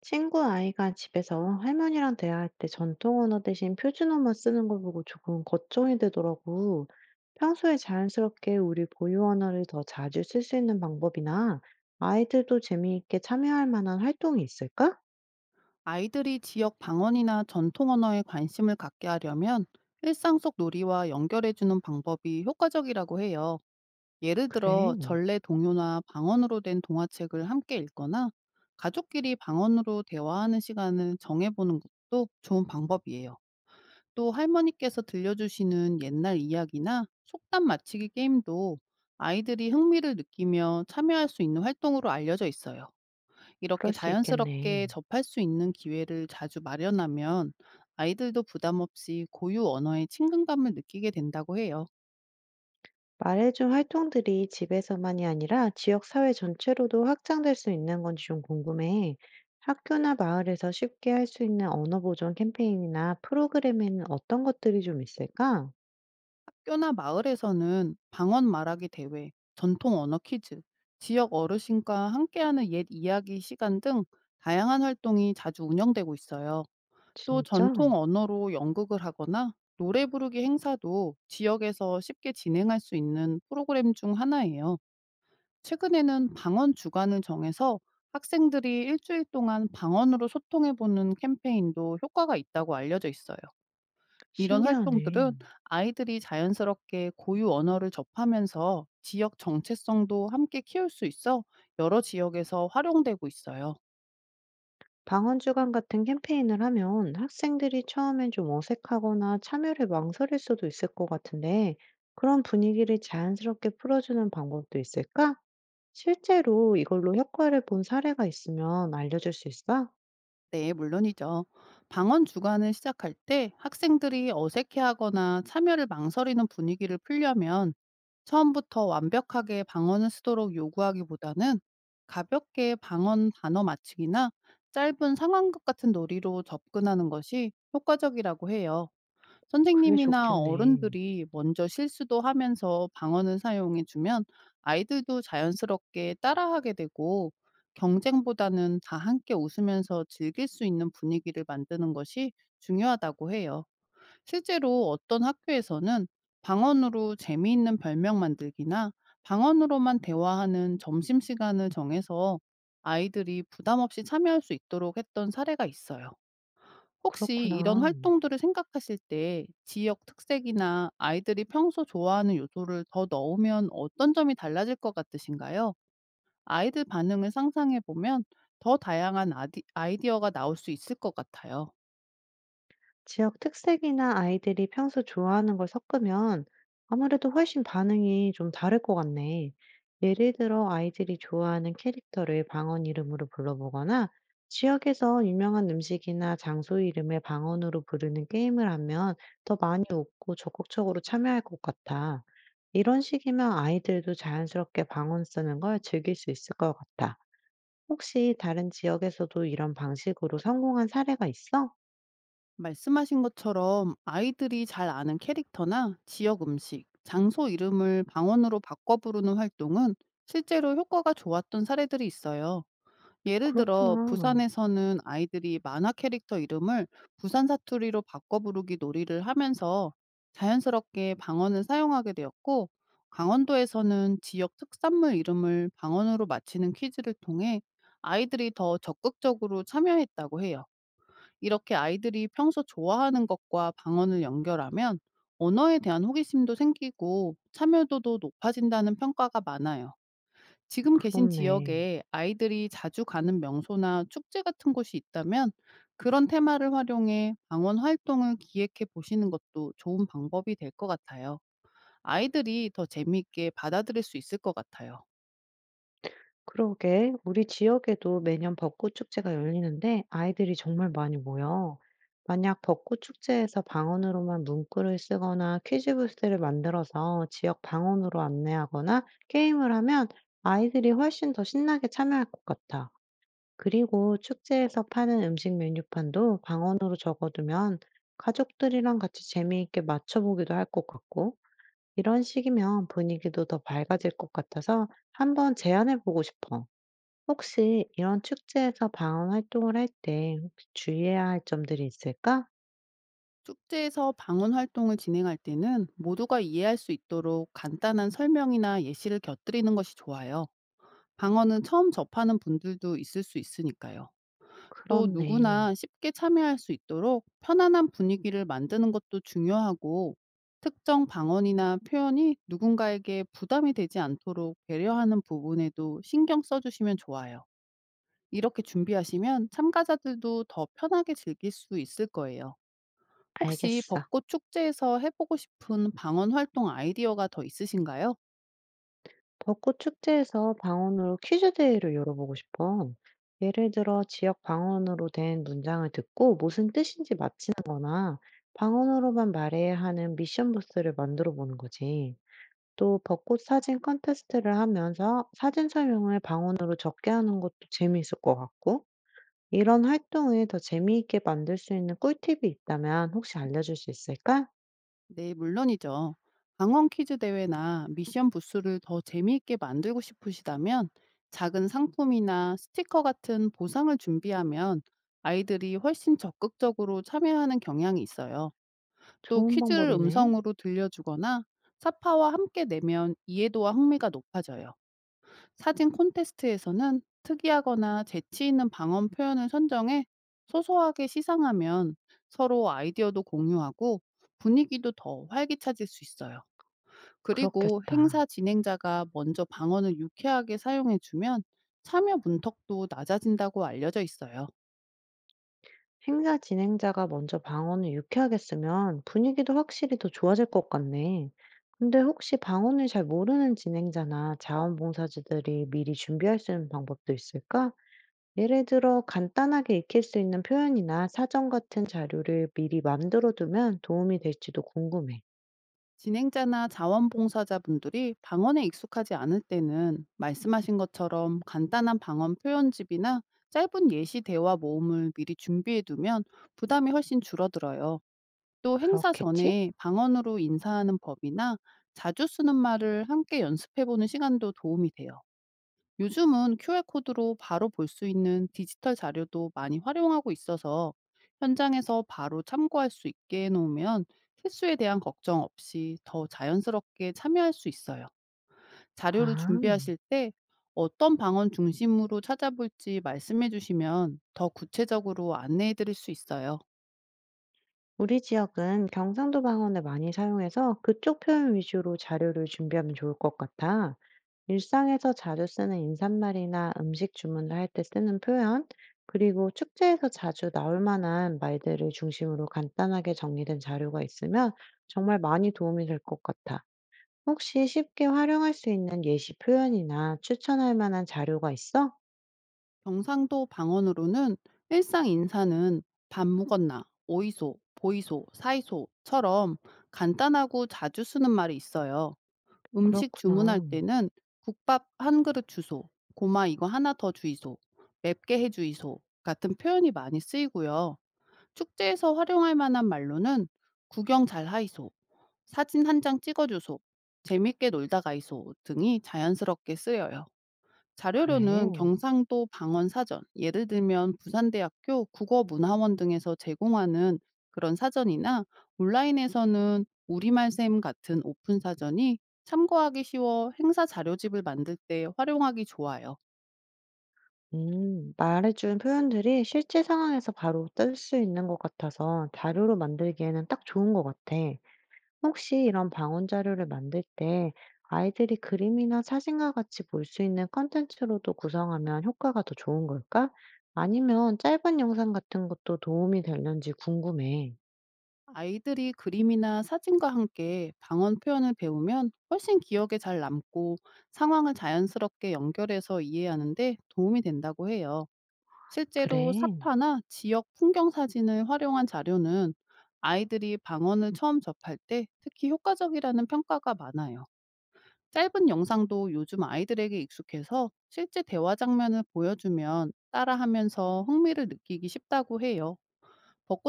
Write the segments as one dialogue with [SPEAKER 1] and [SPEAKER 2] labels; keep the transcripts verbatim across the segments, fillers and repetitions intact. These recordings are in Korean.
[SPEAKER 1] 친구 아이가 집에서 할머니랑 대화할 때 전통 언어 대신 표준어만 쓰는 걸 보고 조금 걱정이 되더라고. 평소에 자연스럽게 우리 고유 언어를 더 자주 쓸 수 있는 방법이나 아이들도 재미있게 참여할 만한 활동이 있을까?
[SPEAKER 2] 아이들이 지역 방언이나 전통 언어에 관심을 갖게 하려면 일상 속 놀이와 연결해주는 방법이 효과적이라고 해요. 예를
[SPEAKER 1] 그래.
[SPEAKER 2] 들어
[SPEAKER 1] 음,
[SPEAKER 2] 전래 동요나 방언으로 된 동화책을 함께 읽거나 가족끼리 방언으로 대화하는 시간을 정해보는 것도 좋은 방법이에요. 또 할머니께서 들려주시는 옛날 이야기나 속담 맞히기 게임도 아이들이 흥미를 느끼며 참여할 수 있는 활동으로 알려져 있어요. 이렇게
[SPEAKER 1] 그럴 수 있겠네.
[SPEAKER 2] 자연스럽게 접할 수 있는 기회를 자주 마련하면 아이들도 부담 없이 고유 언어의 친근감을 느끼게 된다고 해요.
[SPEAKER 1] 말해준 활동들이 집에서만이 아니라 지역 사회 전체로도 확장될 수 있는 건지 좀 궁금해. 학교나 마을에서 쉽게 할 수 있는 언어 보존 캠페인이나 프로그램에는 어떤 것들이 좀 있을까?
[SPEAKER 2] 학교나 마을에서는 방언 말하기 대회, 전통 언어 퀴즈, 지역 어르신과 함께하는 옛 이야기 시간 등 다양한 활동이 자주 운영되고 있어요. 또
[SPEAKER 1] 진짜?
[SPEAKER 2] 전통 언어로 연극을 하거나 노래 부르기 행사도 지역에서 쉽게 진행할 수 있는 프로그램 중 하나예요. 최근에는 방언 주간을 정해서 학생들이 일주일 동안 방언으로 소통해보는 캠페인도 효과가 있다고 알려져 있어요. 이런
[SPEAKER 1] 신기하네.
[SPEAKER 2] 활동들은 아이들이 자연스럽게 고유 언어를 접하면서 지역 정체성도 함께 키울 수 있어 여러 지역에서 활용되고 있어요.
[SPEAKER 1] 방언 주간 같은 캠페인을 하면 학생들이 처음엔 좀 어색하거나 참여를 망설일 수도 있을 것 같은데, 그런 분위기를 자연스럽게 풀어주는 방법도 있을까? 실제로 이걸로 효과를 본 사례가 있으면 알려줄 수 있어?
[SPEAKER 2] 네, 물론이죠. 방언 주간을 시작할 때 학생들이 어색해하거나 참여를 망설이는 분위기를 풀려면 처음부터 완벽하게 방언을 쓰도록 요구하기보다는 가볍게 방언 단어 맞추기나 짧은 상황극 같은 놀이로 접근하는 것이 효과적이라고 해요.
[SPEAKER 1] 그게
[SPEAKER 2] 선생님이나
[SPEAKER 1] 좋겠네.
[SPEAKER 2] 어른들이 먼저 실수도 하면서 방언을 사용해 주면 아이들도 자연스럽게 따라하게 되고, 경쟁보다는 다 함께 웃으면서 즐길 수 있는 분위기를 만드는 것이 중요하다고 해요. 실제로 어떤 학교에서는 방언으로 재미있는 별명 만들기나 방언으로만 대화하는 점심시간을 정해서 아이들이 부담 없이 참여할 수 있도록 했던 사례가 있어요. 혹시 이런
[SPEAKER 1] 그렇구나.
[SPEAKER 2] 활동들을 생각하실 때 지역 특색이나 아이들이 평소 좋아하는 요소를 더 넣으면 어떤 점이 달라질 것 같으신가요? 아이들 반응을 상상해 보면 더 다양한 아디, 아이디어가 나올 수 있을 것 같아요.
[SPEAKER 1] 지역 특색이나 아이들이 평소 좋아하는 걸 섞으면 아무래도 훨씬 반응이 좀 다를 것 같네. 예를 들어 아이들이 좋아하는 캐릭터를 방언 이름으로 불러보거나 지역에서 유명한 음식이나 장소 이름을 방언으로 부르는 게임을 하면 더 많이 웃고 적극적으로 참여할 것 같아. 이런 식이면 아이들도 자연스럽게 방언 쓰는 걸 즐길 수 있을 것 같아. 혹시 다른 지역에서도 이런 방식으로 성공한 사례가 있어?
[SPEAKER 2] 말씀하신 것처럼 아이들이 잘 아는 캐릭터나 지역 음식, 장소 이름을 방언으로 바꿔 부르는 활동은 실제로 효과가 좋았던 사례들이 있어요. 예를 들어
[SPEAKER 1] 그렇구나.
[SPEAKER 2] 부산에서는 아이들이 만화 캐릭터 이름을 부산 사투리로 바꿔 부르기 놀이를 하면서 자연스럽게 방언을 사용하게 되었고, 강원도에서는 지역 특산물 이름을 방언으로 맞히는 퀴즈를 통해 아이들이 더 적극적으로 참여했다고 해요. 이렇게 아이들이 평소 좋아하는 것과 방언을 연결하면 언어에 대한 호기심도 생기고 참여도도 높아진다는 평가가 많아요. 지금 계신
[SPEAKER 1] 그렇네.
[SPEAKER 2] 지역에 아이들이 자주 가는 명소나 축제 같은 곳이 있다면 그런 테마를 활용해 방언 활동을 기획해 보시는 것도 좋은 방법이 될 것 같아요. 아이들이 더 재미있게 받아들일 수 있을 것 같아요.
[SPEAKER 1] 그러게. 우리 지역에도 매년 벚꽃 축제가 열리는데 아이들이 정말 많이 모여. 만약 벚꽃 축제에서 방언으로만 문구를 쓰거나 퀴즈 부스를 만들어서 지역 방언으로 안내하거나 게임을 하면 아이들이 훨씬 더 신나게 참여할 것 같아. 그리고 축제에서 파는 음식 메뉴판도 방언으로 적어두면 가족들이랑 같이 재미있게 맞춰보기도 할 것 같고, 이런 식이면 분위기도 더 밝아질 것 같아서 한번 제안해보고 싶어. 혹시 이런 축제에서 방언 활동을 할 때 혹시 주의해야 할 점들이 있을까?
[SPEAKER 2] 축제에서 방언 활동을 진행할 때는 모두가 이해할 수 있도록 간단한 설명이나 예시를 곁들이는 것이 좋아요. 방언은 처음 접하는 분들도 있을 수 있으니까요. 또
[SPEAKER 1] 그렇네.
[SPEAKER 2] 누구나 쉽게 참여할 수 있도록 편안한 분위기를 만드는 것도 중요하고, 특정 방언이나 표현이 누군가에게 부담이 되지 않도록 배려하는 부분에도 신경 써주시면 좋아요. 이렇게 준비하시면 참가자들도 더 편하게 즐길 수 있을 거예요. 혹시
[SPEAKER 1] 알겠어.
[SPEAKER 2] 벚꽃 축제에서 해보고 싶은 방언 활동 아이디어가 더 있으신가요?
[SPEAKER 1] 벚꽃 축제에서 방언으로 퀴즈 대회를 열어보고 싶어. 예를 들어 지역 방언으로 된 문장을 듣고 무슨 뜻인지 맞히는 거나 방언으로만 말해야 하는 미션 부스를 만들어 보는 거지. 또 벚꽃 사진 컨테스트를 하면서 사진 설명을 방언으로 적게 하는 것도 재미있을 것 같고, 이런 활동을 더 재미있게 만들 수 있는 꿀팁이 있다면 혹시 알려줄 수 있을까?
[SPEAKER 2] 네, 물론이죠. 강원 퀴즈 대회나 미션 부스를 더 재미있게 만들고 싶으시다면 작은 상품이나 스티커 같은 보상을 준비하면 아이들이 훨씬 적극적으로 참여하는 경향이 있어요. 또
[SPEAKER 1] 좋은
[SPEAKER 2] 퀴즈를
[SPEAKER 1] 방법이네.
[SPEAKER 2] 음성으로 들려주거나 사파와 함께 내면 이해도와 흥미가 높아져요. 사진 콘테스트에서는 특이하거나 재치 있는 방언 표현을 선정해 소소하게 시상하면 서로 아이디어도 공유하고 분위기도 더 활기차질 수 있어요. 그리고
[SPEAKER 1] 그렇겠다.
[SPEAKER 2] 행사 진행자가 먼저 방언을 유쾌하게 사용해주면 참여 문턱도 낮아진다고 알려져 있어요.
[SPEAKER 1] 행사 진행자가 먼저 방언을 유쾌하게 쓰면 분위기도 확실히 더 좋아질 것 같네. 근데 혹시 방언을 잘 모르는 진행자나 자원봉사자들이 미리 준비할 수 있는 방법도 있을까? 예를 들어 간단하게 익힐 수 있는 표현이나 사전 같은 자료를 미리 만들어 두면 도움이 될지도 궁금해.
[SPEAKER 2] 진행자나 자원봉사자분들이 방언에 익숙하지 않을 때는 말씀하신 것처럼 간단한 방언 표현집이나 짧은 예시 대화 모음을 미리 준비해 두면 부담이 훨씬 줄어들어요. 또 행사
[SPEAKER 1] 그렇겠지?
[SPEAKER 2] 전에 방언으로 인사하는 법이나 자주 쓰는 말을 함께 연습해 보는 시간도 도움이 돼요. 요즘은 큐알코드로 바로 볼 수 있는 디지털 자료도 많이 활용하고 있어서 현장에서 바로 참고할 수 있게 해놓으면 실수에 대한 걱정 없이 더 자연스럽게 참여할 수 있어요. 자료를
[SPEAKER 1] 아,
[SPEAKER 2] 준비하실 때 어떤 방언 중심으로 찾아볼지 말씀해 주시면 더 구체적으로 안내해 드릴 수 있어요.
[SPEAKER 1] 우리 지역은 경상도 방언을 많이 사용해서 그쪽 표현 위주로 자료를 준비하면 좋을 것 같아. 일상에서 자주 쓰는 인사말이나 음식 주문을 할 때 쓰는 표현, 그리고 축제에서 자주 나올 만한 말들을 중심으로 간단하게 정리된 자료가 있으면 정말 많이 도움이 될 것 같아. 혹시 쉽게 활용할 수 있는 예시 표현이나 추천할 만한 자료가 있어?
[SPEAKER 2] 경상도 방언으로는 일상 인사는 밥 먹었나, 오이소, 보이소, 사이소처럼 간단하고 자주 쓰는 말이 있어요. 음식 주문할
[SPEAKER 1] 그렇구나.
[SPEAKER 2] 때는 "국밥 한 그릇 주소", "고마 이거 하나 더 주이소", "맵게 해 주이소" 같은 표현이 많이 쓰이고요. 축제에서 활용할 만한 말로는 "구경 잘 하이소", "사진 한 장 찍어 주소", "재밌게 놀다 가이소" 등이 자연스럽게 쓰여요. 자료료는
[SPEAKER 1] 그래.
[SPEAKER 2] 경상도 방언사전, 예를 들면 부산대학교 국어문화원 등에서 제공하는 그런 사전이나 온라인에서는 우리말쌤 같은 오픈 사전이 참고하기 쉬워 행사 자료집을 만들 때 활용하기 좋아요.
[SPEAKER 1] 음, 말해준 표현들이 실제 상황에서 바로 쓸 수 있는 것 같아서 자료로 만들기에는 딱 좋은 것 같아. 혹시 이런 방언 자료를 만들 때 아이들이 그림이나 사진과 같이 볼 수 있는 컨텐츠로도 구성하면 효과가 더 좋은 걸까? 아니면 짧은 영상 같은 것도 도움이 되는지 궁금해.
[SPEAKER 2] 아이들이 그림이나 사진과 함께 방언 표현을 배우면 훨씬 기억에 잘 남고 상황을 자연스럽게 연결해서 이해하는데 도움이 된다고 해요. 실제로
[SPEAKER 1] 그래,
[SPEAKER 2] 사파나 지역 풍경 사진을 활용한 자료는 아이들이 방언을 처음 접할 때 특히 효과적이라는 평가가 많아요. 짧은 영상도 요즘 아이들에게 익숙해서 실제 대화 장면을 보여주면 따라하면서 흥미를 느끼기 쉽다고 해요.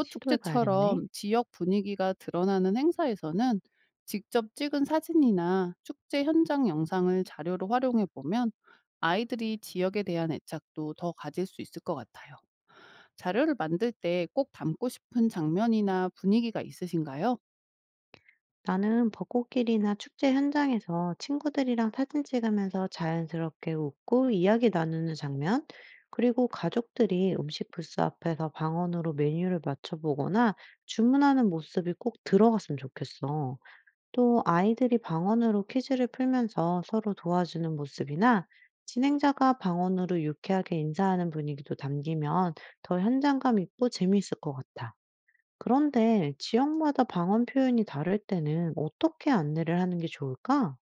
[SPEAKER 1] 시도해봐야겠네.
[SPEAKER 2] 지역 분위기가 드러나는 행사에서는 직접 찍은 사진이나 축제 현장 영상을 자료로 활용해 보면 아이들이 지역에 대한 애착도 더 가질 수 있을 것 같아요. 자료를 만들 때 꼭 담고 싶은 장면이나 분위기가 있으신가요?
[SPEAKER 1] 나는 벚꽃길이나 축제 현장에서 친구들이랑 사진 찍으면서 자연스럽게 웃고 이야기 나누는 장면, 그리고 가족들이 음식 부스 앞에서 방언으로 메뉴를 맞춰보거나 주문하는 모습이 꼭 들어갔으면 좋겠어. 또 아이들이 방언으로 퀴즈를 풀면서 서로 도와주는 모습이나 진행자가 방언으로 유쾌하게 인사하는 분위기도 담기면 더 현장감 있고 재미있을 것 같아. 그런데 지역마다 방언 표현이 다를 때는 어떻게 안내를 하는 게 좋을까?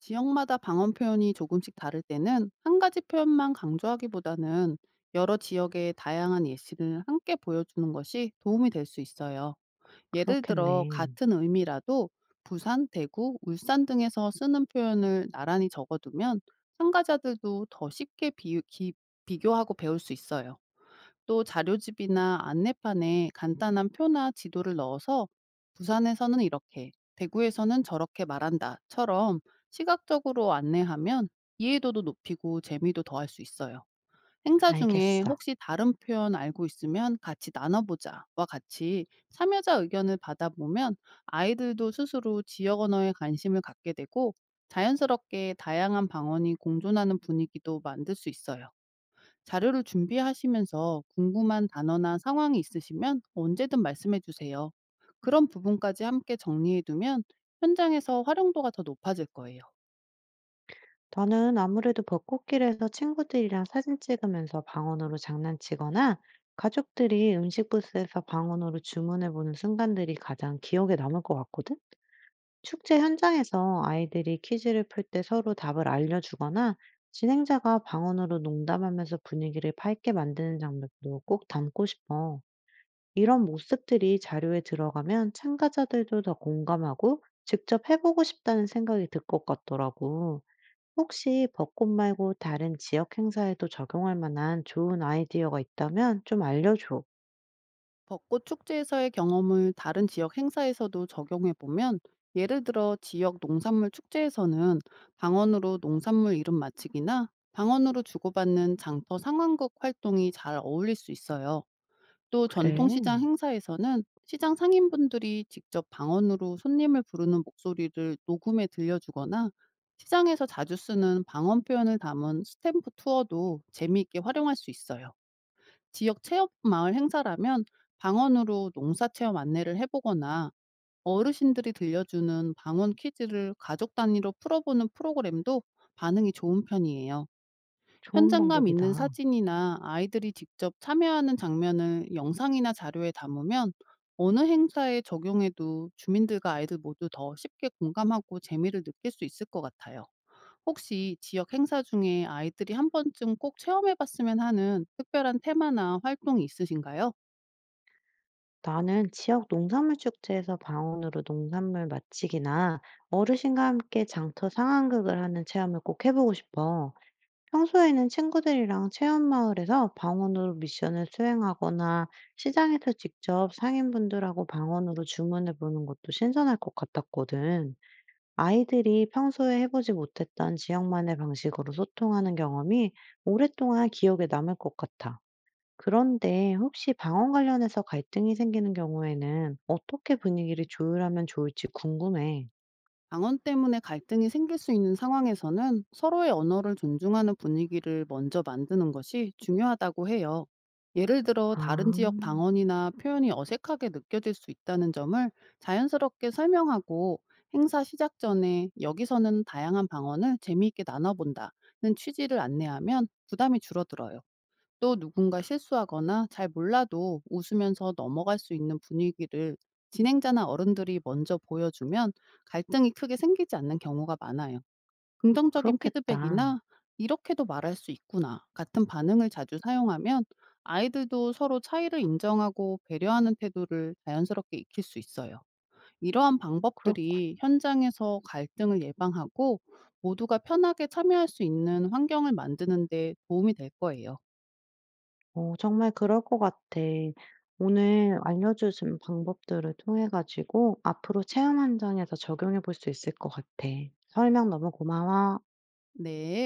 [SPEAKER 2] 지역마다 방언 표현이 조금씩 다를 때는 한 가지 표현만 강조하기보다는 여러 지역의 다양한 예시를 함께 보여주는 것이 도움이 될 수 있어요. 예를 들어
[SPEAKER 1] 그렇겠네.
[SPEAKER 2] 같은 의미라도 부산, 대구, 울산 등에서 쓰는 표현을 나란히 적어두면 참가자들도 더 쉽게 비, 기- 비교하고 배울 수 있어요. 또 자료집이나 안내판에 간단한 표나 지도를 넣어서 부산에서는 이렇게, 대구에서는 저렇게 말한다처럼 시각적으로 안내하면 이해도도 높이고 재미도 더할 수 있어요. 행사 중에
[SPEAKER 1] 알겠어.
[SPEAKER 2] 혹시 다른 표현 알고 있으면 같이 나눠보자와 같이 참여자 의견을 받아보면 아이들도 스스로 지역 언어에 관심을 갖게 되고 자연스럽게 다양한 방언이 공존하는 분위기도 만들 수 있어요. 자료를 준비하시면서 궁금한 단어나 상황이 있으시면 언제든 말씀해 주세요. 그런 부분까지 함께 정리해 두면 현장에서 활용도가 더 높아질 거예요.
[SPEAKER 1] 나는 아무래도 벚꽃길에서 친구들이랑 사진 찍으면서 방언으로 장난치거나 가족들이 음식 부스에서 방언으로 주문해보는 순간들이 가장 기억에 남을 것 같거든? 축제 현장에서 아이들이 퀴즈를 풀 때 서로 답을 알려주거나 진행자가 방언으로 농담하면서 분위기를 밝게 만드는 장면도 꼭 담고 싶어. 이런 모습들이 자료에 들어가면 참가자들도 더 공감하고 직접 해보고 싶다는 생각이 들 것 같더라고. 혹시 벚꽃 말고 다른 지역 행사에도 적용할 만한 좋은 아이디어가 있다면 좀 알려줘.
[SPEAKER 2] 벚꽃 축제에서의 경험을 다른 지역 행사에서도 적용해 보면, 예를 들어 지역 농산물 축제에서는 방언으로 농산물 이름 맞히기나 방언으로 주고받는 장터 상황극 활동이 잘 어울릴 수 있어요. 또
[SPEAKER 1] 그래,
[SPEAKER 2] 전통시장 행사에서는 시장 상인분들이 직접 방언으로 손님을 부르는 목소리를 녹음해 들려주거나 시장에서 자주 쓰는 방언 표현을 담은 스탬프 투어도 재미있게 활용할 수 있어요. 지역 체험 마을 행사라면 방언으로 농사 체험 안내를 해보거나 어르신들이 들려주는 방언 퀴즈를 가족 단위로 풀어보는 프로그램도 반응이 좋은 편이에요.
[SPEAKER 1] 좋은
[SPEAKER 2] 현장감 있는
[SPEAKER 1] 방법이다.
[SPEAKER 2] 사진이나 아이들이 직접 참여하는 장면을 영상이나 자료에 담으면 어느 행사에 적용해도 주민들과 아이들 모두 더 쉽게 공감하고 재미를 느낄 수 있을 것 같아요. 혹시 지역 행사 중에 아이들이 한 번쯤 꼭 체험해 봤으면 하는 특별한 테마나 활동이 있으신가요?
[SPEAKER 1] 나는 지역 농산물 축제에서 방언으로 농산물 맛지기나 어르신과 함께 장터 상황극을 하는 체험을 꼭 해보고 싶어. 평소에는 친구들이랑 체험마을에서 방언으로 미션을 수행하거나 시장에서 직접 상인분들하고 방언으로 주문해 보는 것도 신선할 것 같았거든. 아이들이 평소에 해보지 못했던 지역만의 방식으로 소통하는 경험이 오랫동안 기억에 남을 것 같아. 그런데 혹시 방언 관련해서 갈등이 생기는 경우에는 어떻게 분위기를 조율하면 좋을지 궁금해.
[SPEAKER 2] 방언 때문에 갈등이 생길 수 있는 상황에서는 서로의 언어를 존중하는 분위기를 먼저 만드는 것이 중요하다고 해요. 예를 들어
[SPEAKER 1] 아,
[SPEAKER 2] 다른 지역 방언이나 표현이 어색하게 느껴질 수 있다는 점을 자연스럽게 설명하고, 행사 시작 전에 여기서는 다양한 방언을 재미있게 나눠본다는 취지를 안내하면 부담이 줄어들어요. 또 누군가 실수하거나 잘 몰라도 웃으면서 넘어갈 수 있는 분위기를 진행자나 어른들이 먼저 보여주면 갈등이 크게 생기지 않는 경우가 많아요. 긍정적인
[SPEAKER 1] 그렇겠다.
[SPEAKER 2] 피드백이나 이렇게도 말할 수 있구나 같은 반응을 자주 사용하면 아이들도 서로 차이를 인정하고 배려하는 태도를 자연스럽게 익힐 수 있어요. 이러한
[SPEAKER 1] 그렇고,
[SPEAKER 2] 방법들이 현장에서 갈등을 예방하고 모두가 편하게 참여할 수 있는 환경을 만드는 데 도움이 될 거예요.
[SPEAKER 1] 어, 정말 그럴 것 같아. 오늘 알려주신 방법들을 통해가지고 앞으로 체험 현장에서 적용해 볼 수 있을 것 같아. 설명 너무 고마워.
[SPEAKER 2] 네.